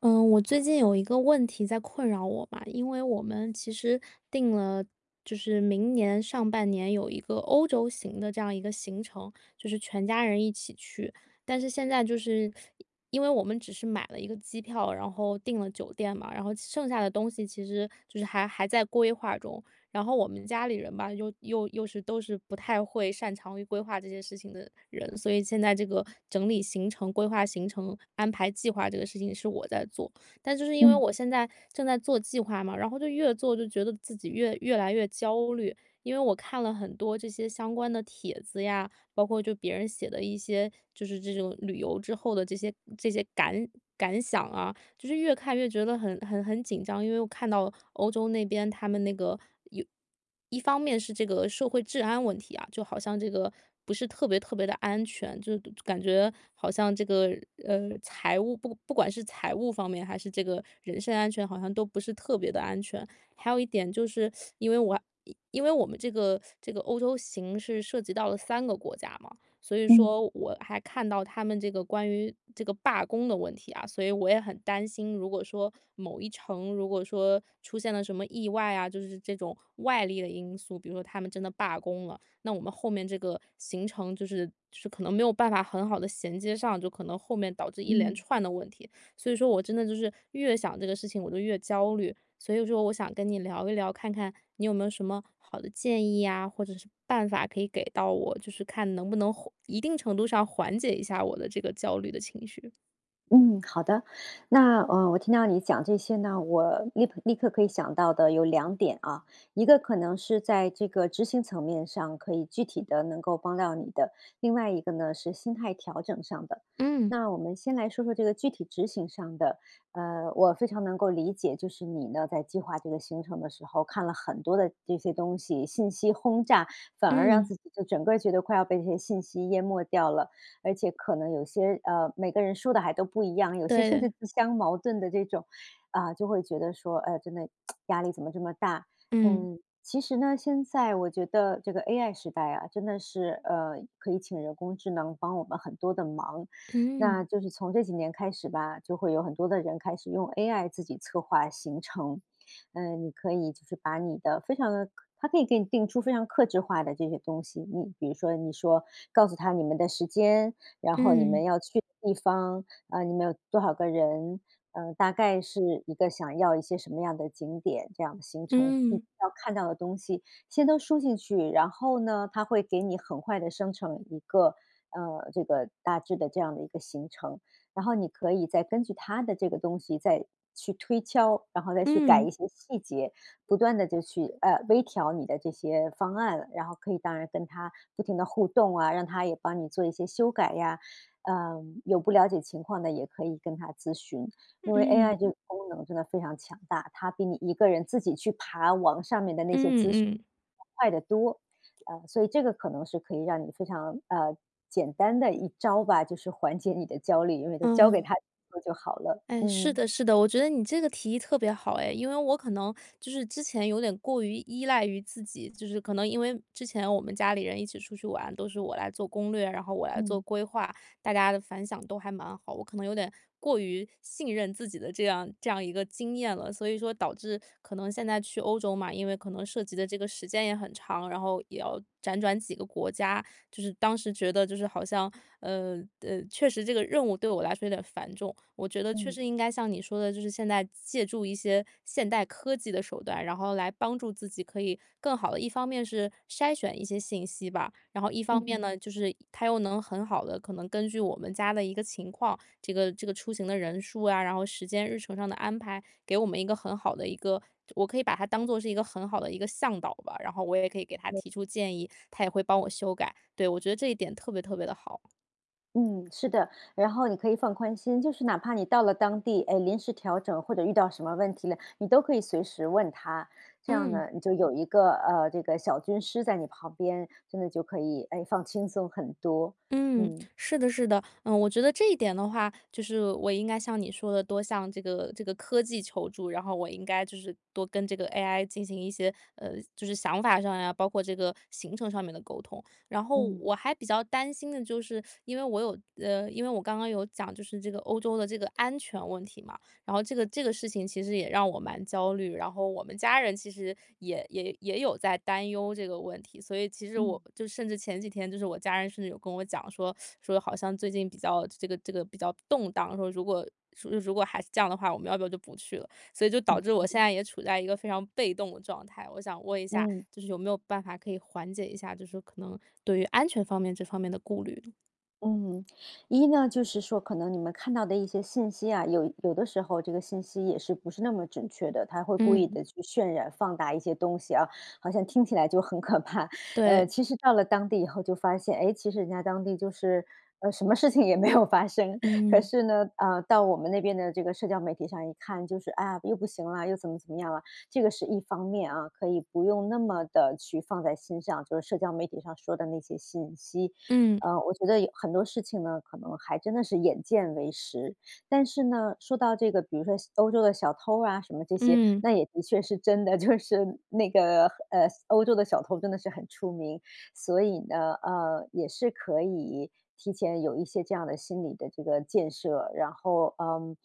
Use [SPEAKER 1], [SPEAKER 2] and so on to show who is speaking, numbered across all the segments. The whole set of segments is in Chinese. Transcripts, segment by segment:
[SPEAKER 1] 嗯，我最近有一个问题在困扰我嘛，因为我们其实定了，就是明年上半年有一个欧洲行的这样一个行程，就是全家人一起去。但是现在就是因为我们只是买了一个机票，然后订了酒店嘛，然后剩下的东西其实就是还在规划中。然后我们家里人吧，又又又是都是不太会擅长于规划这些事情的人，所以现在这个整理行程、规划行程、安排计划这个事情是我在做。但就是因为
[SPEAKER 2] 嗯
[SPEAKER 1] 我现在正在做计划嘛，然后就越做就觉得自己越来越焦虑，因为我看了很多这些相关的帖子呀，包括就别人写的一些就是这种旅游之后的这些感想啊，就是越看越觉得很紧张，因为我看到欧洲那边他们那个有一方面是这个社会治安问题啊，就好像这个不是特别特别的安全，就感觉好像这个财务不管是财务方面还是这个人身安全，好像都不是特别的安全。还有一点就是因为我因为我们这个欧洲行是涉及到了三个国家嘛，所以
[SPEAKER 2] 嗯
[SPEAKER 1] 说我还看到他们这个关于这个罢工的问题啊，所以我也很担心，如果说某一城如果说出现了什么意外啊，就是这种外力的因素，比如说他们真的罢工了，那我们后面这个行程就是可能没有办法很好的衔接上，就可能后面导致一连
[SPEAKER 2] 嗯
[SPEAKER 1] 串的问题。所以说我真的就是越想这个事情，我就越焦虑。所以说我想跟你聊一聊，看看你有没有什么好的建议呀，或者是办法可以给到我，就是看能不能缓一定程度上缓解一下我的这个焦虑的情绪。
[SPEAKER 2] 嗯，好的。那我听到你讲这些呢，我立刻可以想到的有两点啊，一个可能是在这个执行层面上可以具体的能够帮到你的，另外一个呢是心态调整上的。
[SPEAKER 1] 嗯
[SPEAKER 2] 那我们先来说说这个具体执行上的，我非常能够理解，就是你呢在计划这个行程的时候，看了很多的这些东西，信息轰炸，反而让
[SPEAKER 1] 嗯，
[SPEAKER 2] 自己就整个觉得快要被这些信息淹没掉了。而且可能有些每个人说的还都不一样，有些甚至
[SPEAKER 1] 对，
[SPEAKER 2] 自相矛盾的这种，啊，就会觉得说，真的 压力怎么这么大？
[SPEAKER 1] 嗯
[SPEAKER 2] 嗯，其实呢，现在我觉得这个 AI 时代啊，真的是可以请人工智能帮我们很多的忙。那
[SPEAKER 1] 嗯
[SPEAKER 2] 就是从这几年开始吧，就会有很多的人开始用 AI 自己策划行程。嗯，你可以就是把你的非常的，它可以给你定出非常克制化的这些东西。你比如说，你说告诉他你们的时间，然后你
[SPEAKER 1] 嗯
[SPEAKER 2] 们要去的地方，啊，你们有多少个人，大概是一个想要一些什么样的景点，这样的行程必
[SPEAKER 1] 嗯
[SPEAKER 2] 须要看到的东西，先都输进去。然后呢，它会给你很快的生成一个，这个大致的这样的一个行程。然后你可以再根据它的这个东西再去推敲，然后再去改
[SPEAKER 1] 嗯
[SPEAKER 2] 一
[SPEAKER 1] 嗯
[SPEAKER 2] 些细节，不断的就去，微调你的这些方案，然后可以当然跟它不停的互动啊，让他也帮你做一些修改呀。嗯，有不了解情况的也可以跟他咨询，因为 AI
[SPEAKER 1] 嗯
[SPEAKER 2] 这个功能真的非常强大，它比你一个人自己去爬网上面的那些
[SPEAKER 1] 嗯
[SPEAKER 2] 资讯
[SPEAKER 1] 嗯。
[SPEAKER 2] 快得多。所以这个可能是可以让你非常，简单的一招吧，就是缓解你的焦虑，因为都交给
[SPEAKER 1] 嗯。
[SPEAKER 2] 他做就好了。
[SPEAKER 1] 哎，是
[SPEAKER 2] 嗯。
[SPEAKER 1] 的，是的，我觉得你这个提议特别好哎，因为我可能就是之前有点过于依赖于自己，就是可能因为之前我们家里人一起出去玩，都是我来做攻略，然后我来做
[SPEAKER 2] 嗯
[SPEAKER 1] 规划，大家的反响都还蛮好，我可能有点过于信任自己的这样一个经验了，所以说导致可能现在去欧洲嘛，因为可能涉及的这个时间也很长，然后也要辗转几个国家，就是当时觉得就是好像确实这个任务对我来说有点繁重。我觉得确
[SPEAKER 2] 嗯
[SPEAKER 1] 实应该像你说的，就是现在借助一些现代科技的手段，然后来帮助自己可以更好的，一方面是筛选一些信息吧，然后一方面
[SPEAKER 2] 嗯。
[SPEAKER 1] 呢，就是它又能很好的可能根据我们家的一个情况，这个出行的人数啊，然后时间日程上的安排，给我们一个很好的一个。我可以把它当做是一个很好的一个向导吧，然后我也可以给他提出建议，他也会帮我修改。对我觉得这一点特别特别的好。
[SPEAKER 2] 嗯，是的，然后你可以放宽心，就是哪怕你到了当地，哎，临时调整或者遇到什么问题了，你都可以随时问他，这样
[SPEAKER 1] 嗯。
[SPEAKER 2] 呢，你就有一个这个小军师在你旁边，真的就可以哎放轻松很多。
[SPEAKER 1] 嗯，
[SPEAKER 2] 嗯
[SPEAKER 1] 是的，是的，嗯，我觉得这一点的话，就是我应该像你说的，多向这个科技求助，然后我应该就是多跟这个 AI 进行一些就是想法上呀，包括这个行程上面的沟通。然后
[SPEAKER 2] 嗯
[SPEAKER 1] 我还比较担心的就是，因为我刚刚有讲，就是这个欧洲的这个安全问题嘛。然后这个事情其实也让我蛮焦虑，然后我们家人其实也有在担忧这个问题，所以其实我
[SPEAKER 2] 嗯
[SPEAKER 1] 就甚至前几天就是我家人甚至有跟我讲说好像最近比较这个比较动荡，说如果说如果还是这样的话，我们要不要就不去了？所以就导致我现在也处在一个非常被动的状态。我想问一下，
[SPEAKER 2] 嗯。
[SPEAKER 1] 就是有没有办法可以缓解一下，就是可能对于安全方面这方面的顾虑呢？
[SPEAKER 2] 嗯，一呢，就是说可能你们看到的一些信息啊，有的时候这个信息也是不是那么准确的，他会故意
[SPEAKER 1] 嗯，
[SPEAKER 2] 的去渲染、放大一些东西啊，好像听起来就很可怕。
[SPEAKER 1] 对，
[SPEAKER 2] 其实到了当地以后就发现，哎，其实人家当地就是，什么事情也没有发生。可
[SPEAKER 1] 嗯
[SPEAKER 2] 是呢，到我们那边的这个社交媒体上一看，就是，啊，又不行了，又怎么怎么样了。这个是一方面啊，可以不用那么的去放在心上，就是社交媒体上说的那些信息。
[SPEAKER 1] 嗯
[SPEAKER 2] 我觉得有很多事情呢，可能还真的是眼见为实。但是呢，说到这个，比如说欧洲的小偷啊什么这些，
[SPEAKER 1] 嗯
[SPEAKER 2] 那也的确是真的，就是那个，欧洲的小偷真的是很出名。所以呢，也是可以提前有一些这样的心理的这个建设，然后，嗯，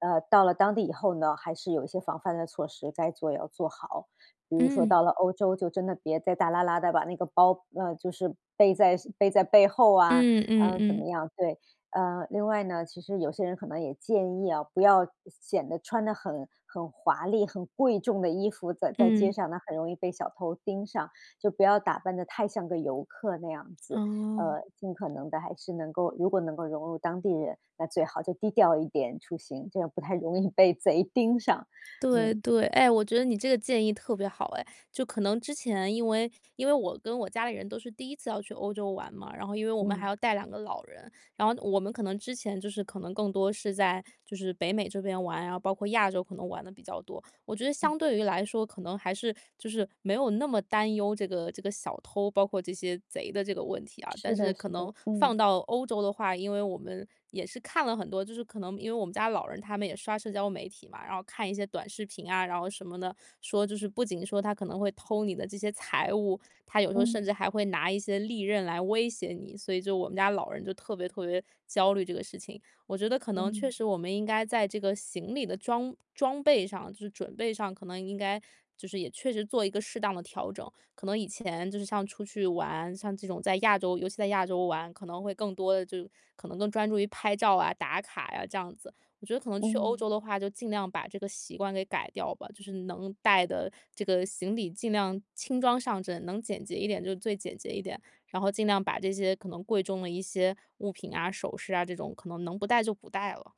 [SPEAKER 2] 到了当地以后呢，还是有一些防范的措施，该做也要做好。比如说
[SPEAKER 1] 嗯。
[SPEAKER 2] 到了欧洲，就真的别再大拉拉的把那个包，就是背在背后啊，
[SPEAKER 1] 嗯嗯
[SPEAKER 2] 怎
[SPEAKER 1] 嗯，
[SPEAKER 2] 么样，对。另外呢，其实有些人可能也建议啊，不要显得穿的很华丽、很贵重的衣服在街
[SPEAKER 1] 嗯，
[SPEAKER 2] 上，那很容易被小偷盯上，就不要打扮的太像个游客那样子。
[SPEAKER 1] 哦，
[SPEAKER 2] 尽可能的还是能够如果能够融入当地人，那最好就低调一点出行，这样不太容易被贼盯上，
[SPEAKER 1] 对
[SPEAKER 2] 嗯，
[SPEAKER 1] 对，哎，我觉得你这个建议特别好哎，就可能之前因为我跟我家里人都是第一次要去欧洲玩嘛，然后因为我们还
[SPEAKER 2] 嗯。
[SPEAKER 1] 要带两个老人，然后我们可能之前就是可能更多是在就是北美这边玩，然后包括亚洲可能玩的比较多。我觉得
[SPEAKER 2] 嗯。
[SPEAKER 1] 相对于来说，可能还是就是没有那么担忧这个小偷，包括这些贼的这个问题啊。但
[SPEAKER 2] 是
[SPEAKER 1] 是
[SPEAKER 2] 的，
[SPEAKER 1] 可
[SPEAKER 2] 是的，
[SPEAKER 1] 能放到欧洲的话，因为我们也是看了很多，就是可能因为我们家老人他们也刷社交媒体嘛，然后看一些短视频啊，然后什么的，说就是不仅说他可能会偷你的这些财物，他有时候甚
[SPEAKER 2] 嗯
[SPEAKER 1] 至还会拿一些利刃来威胁你，所以就我们家老人就特别特别焦虑这个事情。我觉得可能确
[SPEAKER 2] 嗯
[SPEAKER 1] 实我们应该在这个行李的装备上，就是准备上，可能应该就是也确实做一个适当的调整。可能以前就是像出去玩，像这种在亚洲，尤其在亚洲玩，可能会更多的就可能更专注于拍照啊、打卡呀、这样子。我觉得可能去欧
[SPEAKER 2] 嗯，
[SPEAKER 1] 洲的话，就尽量把这个习惯给改掉吧，就是能带的这个行李尽量轻装上阵，能简洁一点就最简洁一点。然后尽量把这些可能贵重的一些物品啊、首饰啊这种，可能能不带就不带了。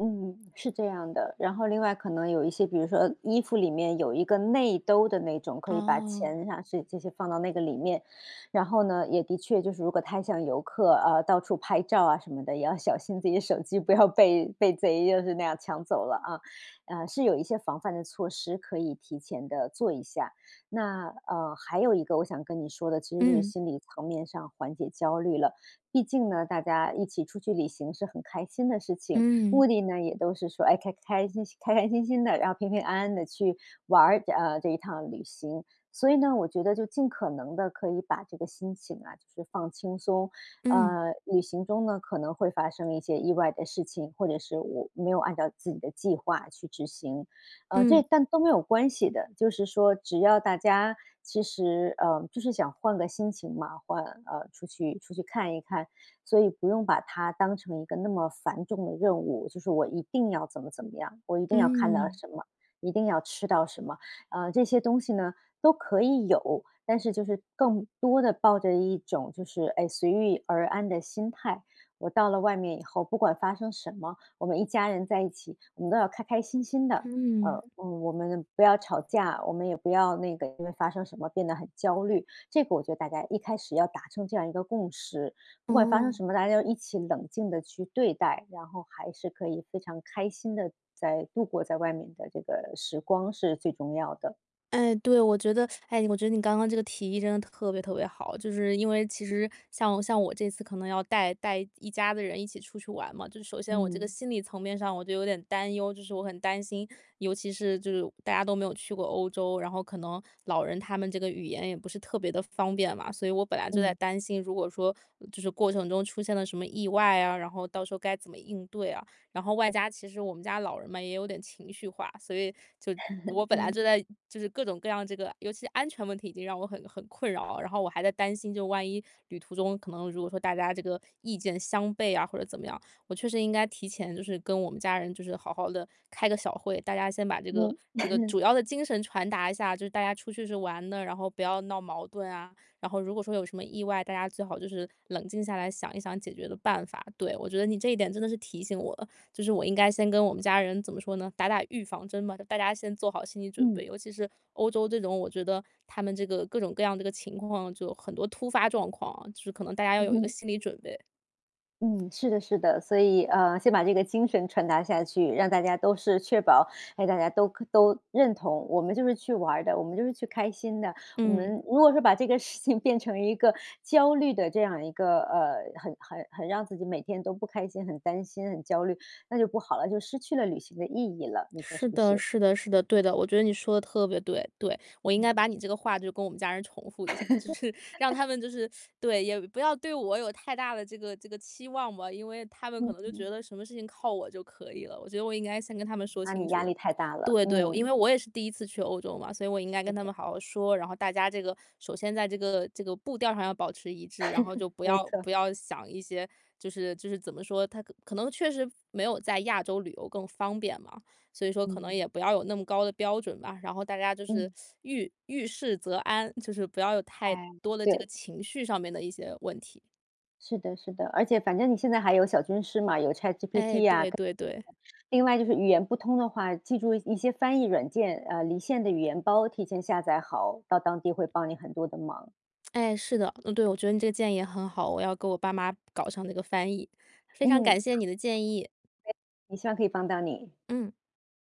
[SPEAKER 2] 嗯，是这样的。然后另外可能有一些，比如说衣服里面有一个内兜的那种，可以把
[SPEAKER 1] 哦，
[SPEAKER 2] 钱啊是这些放到那个里面。然后呢，也的确就是如果太像游客到处拍照啊什么的，也要小心自己的手机不要被贼就是那样抢走了啊。是有一些防范的措施可以提前的做一下。那还有一个我想跟你说的，其实就是
[SPEAKER 1] 嗯，
[SPEAKER 2] 心理层面上缓解焦虑了。毕竟呢，大家一起出去旅行是很开心的事情，
[SPEAKER 1] 嗯，
[SPEAKER 2] 目的呢，也都是说，哎，开开心心开开心心的，然后平平安安的去玩儿，这一趟旅行。所以呢，我觉得就尽可能的可以把这个心情啊，就是放轻松。
[SPEAKER 1] 嗯，
[SPEAKER 2] 旅行中呢，可能会发生一些意外的事情，或者是我没有按照自己的计划去执行，这
[SPEAKER 1] 嗯，
[SPEAKER 2] 但都没有关系的。就是说，只要大家其实，就是想换个心情嘛，换出去出去看一看，所以不用把它当成一个那么繁重的任务，就是我一定要怎么怎么样，我一定要看
[SPEAKER 1] 嗯，
[SPEAKER 2] 到
[SPEAKER 1] 嗯
[SPEAKER 2] 什么，一定要吃到什么，这些东西呢都可以有，但是就是更多的抱着一种就是哎随遇而安的心态。我到了外面以后，不管发生什么，我们一家人在一起，我们都要开开心心的。
[SPEAKER 1] 嗯，
[SPEAKER 2] 呃，我们不要吵架，我们也不要那个因为发生什么变得很焦虑。这个我觉得大家一开始要达成这样一个共识，不管发生
[SPEAKER 1] 哦。
[SPEAKER 2] 什么，大家要一起冷静的去对待，然后还是可以非常开心的在度过在外面的这个时光是最重要的。
[SPEAKER 1] 哎，对，我觉得，哎，我觉得你刚刚这个提议真的特别特别好，就是因为其实像我这次可能要带一家的人一起出去玩嘛，就是首先我这个
[SPEAKER 2] 嗯
[SPEAKER 1] 心理层面上我就有点担忧，就是我很担心，尤其是就是大家都没有去过欧洲，然后可能老人他们这个语言也不是特别的方便嘛，所以我本来就在
[SPEAKER 2] 嗯，
[SPEAKER 1] 担心，如果说就是过程中出现了什么意外啊，然后到时候该怎么应对啊，然后外加其实我们家老人嘛也有点情绪化，所以就我本来
[SPEAKER 2] 嗯，
[SPEAKER 1] 就在就是各种各样这个，尤其安全问题已经让我很困扰，然后我还在担心，就万一旅途中可能如果说大家这个意见相悖啊或者怎么样，我确实应该提前就是跟我们家人就是好好的开个小会，大家先把这个
[SPEAKER 2] 嗯
[SPEAKER 1] 这个 主要的精神传达一下，就是大家出去是玩的，然后不要闹矛盾啊，然后如果说有什么意外，大家最好就是冷静下来想一想解决的办法。对，我觉得你这一点真的是提醒我了。就是我应该先跟我们家人怎么说呢，打打预防针吧，就大家先做好心理准备。
[SPEAKER 2] 嗯，
[SPEAKER 1] 尤其是欧洲这种，我觉得他们这个各种各样这个情况，就很多突发状况啊就是可能大家要有一个
[SPEAKER 2] 嗯。
[SPEAKER 1] 心理准备。
[SPEAKER 2] 嗯，是的，是的，所以先把这个精神传达下去，让大家都是确保，哎，大家都认同，我们就是去玩儿的，我们就是去开心的。我们
[SPEAKER 1] 嗯。
[SPEAKER 2] 如果说把这个事情变成一个焦虑的这样一个很让自己每天都不开心、很担心、很焦虑，那就不好了，就失去了旅行的意义了，你说
[SPEAKER 1] 是
[SPEAKER 2] 是不
[SPEAKER 1] 的，
[SPEAKER 2] 是？
[SPEAKER 1] 是的，是的，对的，我觉得你说的特别对，对，我应该把你这个话就跟我们家人重复一下，就是让他们就是对，也不要对我有太大的这个期望吧，因为他们可能就觉
[SPEAKER 2] 嗯。
[SPEAKER 1] 得什么事情靠我就可以了。我觉得我应该先跟他们说
[SPEAKER 2] 那
[SPEAKER 1] 清
[SPEAKER 2] 你压
[SPEAKER 1] 楚，
[SPEAKER 2] 力太大了，
[SPEAKER 1] 对对，因
[SPEAKER 2] 嗯，
[SPEAKER 1] 为我也是第一次去欧洲嘛，所以我应该
[SPEAKER 2] 是
[SPEAKER 1] 跟他
[SPEAKER 2] 的，
[SPEAKER 1] 们好好说，然后大家这个首先在这个步调上要保持一致，然后就不
[SPEAKER 2] 没
[SPEAKER 1] 要
[SPEAKER 2] 错，
[SPEAKER 1] 不要想一些就是怎么说，他可能确实没有在亚洲旅游更方便嘛。所以说可能也
[SPEAKER 2] 嗯，
[SPEAKER 1] 不要有那么高的标准吧。然后大家就是
[SPEAKER 2] 嗯，
[SPEAKER 1] 遇事则安，就是不要有太
[SPEAKER 2] 哎，
[SPEAKER 1] 多的这个
[SPEAKER 2] 对。
[SPEAKER 1] 情绪上面的一些问题。
[SPEAKER 2] 是的，是的，而且反正你现在还有小军师嘛，有
[SPEAKER 1] 哎，
[SPEAKER 2] ChatGPT 呀、
[SPEAKER 1] 对
[SPEAKER 2] 跟
[SPEAKER 1] 对对，
[SPEAKER 2] 另外就是语言不通的话，记住一些翻译软件，离线的语言包提前下载好，到当地会帮你很多的忙。
[SPEAKER 1] 哎，是的，嗯，对，我觉得你这个建议也很好，我要给我爸妈搞上那个翻译，非常
[SPEAKER 2] 嗯，
[SPEAKER 1] 感谢你的建议，
[SPEAKER 2] 也希望可以帮到你。
[SPEAKER 1] 嗯。